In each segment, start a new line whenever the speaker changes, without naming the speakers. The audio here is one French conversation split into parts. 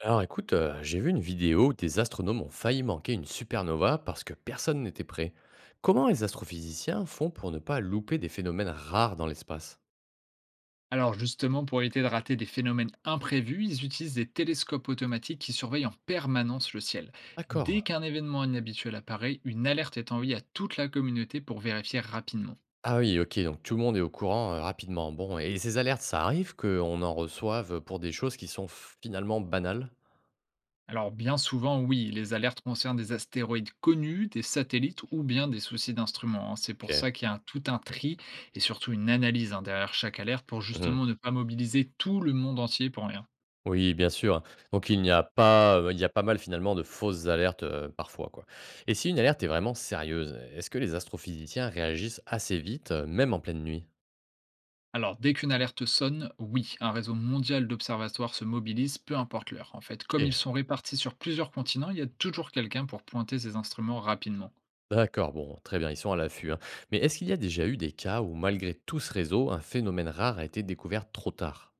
Alors écoute, j'ai vu une vidéo où des astronomes ont failli manquer une supernova parce que personne n'était prêt. Comment les astrophysiciens font pour ne pas louper des phénomènes rares dans l'espace?
Alors justement, pour éviter de rater des phénomènes imprévus, ils utilisent des télescopes automatiques qui surveillent en permanence le ciel. Dès
D'accord.
qu'un événement inhabituel apparaît, une alerte est envoyée à toute la communauté pour vérifier rapidement.
Ah oui, ok, donc tout le monde est au courant rapidement. Bon, et ces alertes, ça arrive qu'on en reçoive pour des choses qui sont finalement banales?
Alors bien souvent, oui, les alertes concernent des astéroïdes connus, des satellites ou bien des soucis d'instruments, hein. C'est pour ça
Ok.
qu'il y a tout un tri et surtout une analyse, hein, derrière chaque alerte pour
Mhm.
justement ne pas mobiliser tout le monde entier pour rien.
Oui, bien sûr, hein. Donc il n'y a pas, il y a pas mal finalement de fausses alertes parfois, quoi. Et si une alerte est vraiment sérieuse, est-ce que les astrophysiciens réagissent assez vite, même en pleine nuit?
Alors, dès qu'une alerte sonne, oui, un réseau mondial d'observatoires se mobilise, peu importe l'heure. En fait, comme ils
Ok.
sont répartis sur plusieurs continents, il y a toujours quelqu'un pour pointer ces instruments rapidement.
D'accord, bon, très bien, ils sont à l'affût, hein. Mais est-ce qu'il y a déjà eu des cas où, malgré tout ce réseau, un phénomène rare a été découvert trop tard?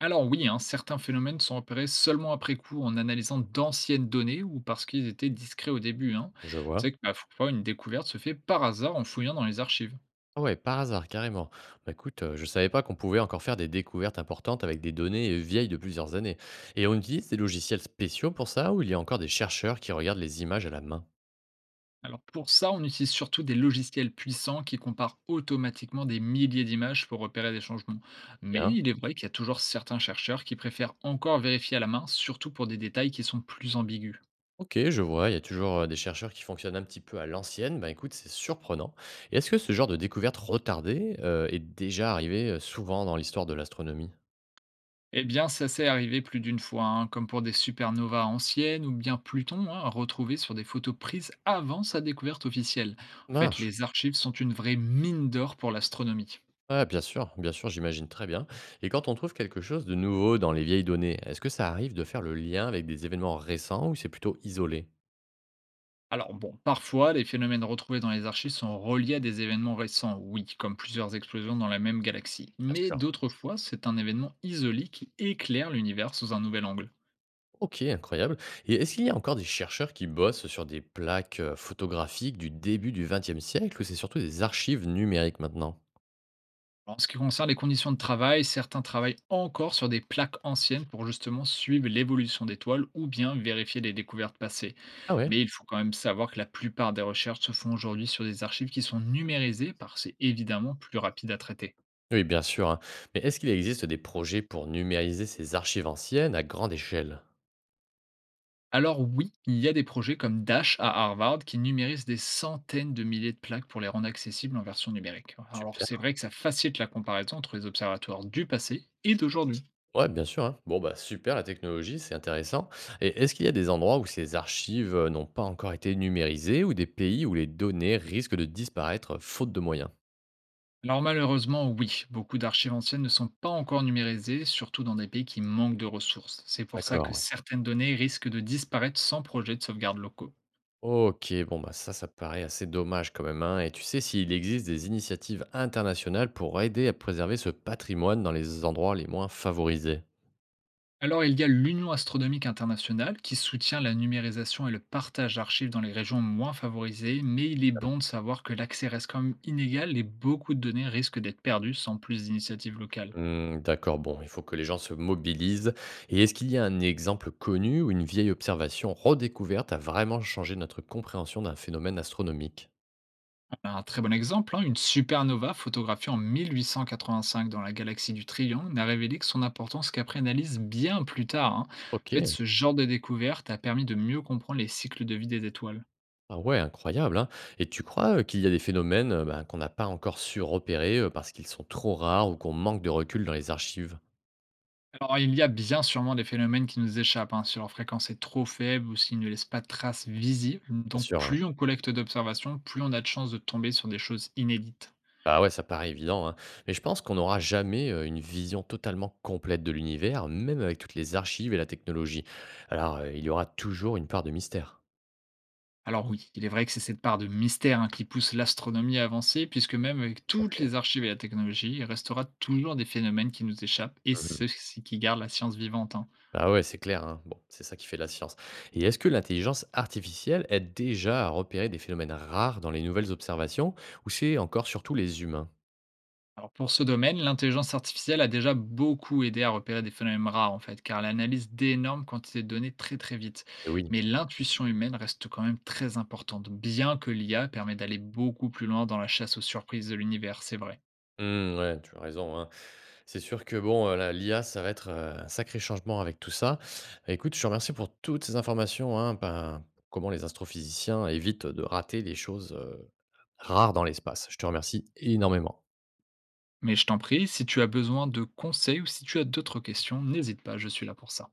Alors oui, hein, certains phénomènes sont repérés seulement après coup en analysant d'anciennes données ou parce qu'ils étaient discrets au début, hein.
Je
Tu
vois.
sais que bah, parfois une découverte se fait par hasard en fouillant dans les archives.
Ah ouais, par hasard, carrément. Bah écoute, je savais pas qu'on pouvait encore faire des découvertes importantes avec des données vieilles de plusieurs années. Et on utilise des logiciels spéciaux pour ça, ou il y a encore des chercheurs qui regardent les images à la main?
Alors pour ça, on utilise surtout des logiciels puissants qui comparent automatiquement des milliers d'images pour repérer des changements. Mais
Bien.
il est vrai qu'il y a toujours certains chercheurs qui préfèrent encore vérifier à la main, surtout pour des détails qui sont plus ambigus.
Ok, je vois, il y a toujours des chercheurs qui fonctionnent un petit peu à l'ancienne. Bah écoute, c'est surprenant. Et est-ce que ce genre de découverte retardée est déjà arrivé souvent dans l'histoire de l'astronomie?
Eh bien, ça s'est arrivé plus d'une fois, hein, comme pour des supernovas anciennes ou bien Pluton, hein, retrouvé sur des photos prises avant sa découverte officielle. En fait,
Marche.
les archives sont une vraie mine d'or pour l'astronomie.
Ouais, bien sûr, j'imagine très bien. Et quand on trouve quelque chose de nouveau dans les vieilles données, est-ce que ça arrive de faire le lien avec des événements récents ou c'est plutôt isolé?
Alors bon, parfois, les phénomènes retrouvés dans les archives sont reliés à des événements récents, oui, comme plusieurs explosions dans la même galaxie.
Bien
Mais
sûr.
d'autres fois, c'est un événement isolé qui éclaire l'univers sous un nouvel angle.
Ok, incroyable. Et est-ce qu'il y a encore des chercheurs qui bossent sur des plaques photographiques du début du XXe siècle ou c'est surtout des archives numériques maintenant?
En ce qui concerne les conditions de travail, certains travaillent encore sur des plaques anciennes pour justement suivre l'évolution d'étoiles ou bien vérifier les découvertes passées.
Ah ouais?
Mais il faut quand même savoir que la plupart des recherches se font aujourd'hui sur des archives qui sont numérisées, parce que c'est évidemment plus rapide à traiter.
Oui, bien sûr, hein. Mais est-ce qu'il existe des projets pour numériser ces archives anciennes à grande échelle?
Alors oui, il y a des projets comme Dash à Harvard qui numérisent des centaines de milliers de plaques pour les rendre accessibles en version numérique. Alors
Super.
c'est vrai que ça facilite la comparaison entre les observatoires du passé et d'aujourd'hui.
Ouais, bien sûr, hein. Bon, bah, super la technologie, c'est intéressant. Et est-ce qu'il y a des endroits où ces archives n'ont pas encore été numérisées ou des pays où les données risquent de disparaître faute de moyens?
Alors malheureusement, oui, beaucoup d'archives anciennes ne sont pas encore numérisées, surtout dans des pays qui manquent de ressources. C'est pour ça que
D'accord, ouais.
certaines données risquent de disparaître sans projet de sauvegarde locaux.
Ok, bon, bah, ça paraît assez dommage quand même, hein. Et tu sais s'il existe des initiatives internationales pour aider à préserver ce patrimoine dans les endroits les moins favorisés?
Alors, il y a l'Union astronomique internationale qui soutient la numérisation et le partage d'archives dans les régions moins favorisées, mais il est bon de savoir que l'accès reste quand même inégal et beaucoup de données risquent d'être perdues sans plus d'initiatives locales.
Mmh, d'accord, bon, il faut que les gens se mobilisent. Et est-ce qu'il y a un exemple connu où une vieille observation redécouverte a vraiment changé notre compréhension d'un phénomène astronomique?
Un très bon exemple, hein, une supernova photographiée en 1885 dans la galaxie du Triangle n'a révélé que son importance qu'après analyse bien plus tard, hein. En
Ok,
fait, ce genre de découverte a permis de mieux comprendre les cycles de vie des étoiles.
ah ouais, incroyable, hein. Et tu crois qu'il y a des phénomènes bah, qu'on n'a pas encore su repérer parce qu'ils sont trop rares ou qu'on manque de recul dans les archives?
Alors, il y a bien sûrement des phénomènes qui nous échappent, hein, si leur fréquence est trop faible ou s'ils ne laissent pas de traces visibles.
Bien
Donc,
sûr, ouais.
plus on collecte d'observations, plus on a de chances de tomber sur des choses inédites.
Bah ouais, ça paraît évident, hein. Mais je pense qu'on n'aura jamais une vision totalement complète de l'univers, même avec toutes les archives et la technologie. Alors, il y aura toujours une part de mystère.
Alors oui, il est vrai que c'est cette part de mystère, hein, qui pousse l'astronomie à avancer, puisque même avec
Tout à
toutes
fait.
les archives et la technologie, il restera toujours des phénomènes qui nous échappent, et
Mhm.
c'est ce qui garde la science vivante, hein.
Ah ouais, c'est clair, hein. Bon, c'est ça qui fait la science. Et est-ce que l'intelligence artificielle aide déjà à repérer des phénomènes rares dans les nouvelles observations, ou c'est encore surtout les humains?
Alors pour ce domaine, l'intelligence artificielle a déjà beaucoup aidé à repérer des phénomènes rares en fait, car elle analyse d'énormes quantités de données très très vite.
Eh oui.
Mais l'intuition humaine reste quand même très importante, bien que l'IA permet d'aller beaucoup plus loin dans la chasse aux surprises de l'univers, c'est vrai.
Hmm, ouais, tu as raison, hein. C'est sûr que bon, l'IA, ça va être un sacré changement avec tout ça. Écoute, je te remercie pour toutes ces informations, hein, ben, comment les astrophysiciens évitent de rater les choses rares dans l'espace. Je te remercie énormément.
Mais je t'en prie, si tu as besoin de conseils ou si tu as d'autres questions, n'hésite pas, je suis là pour ça.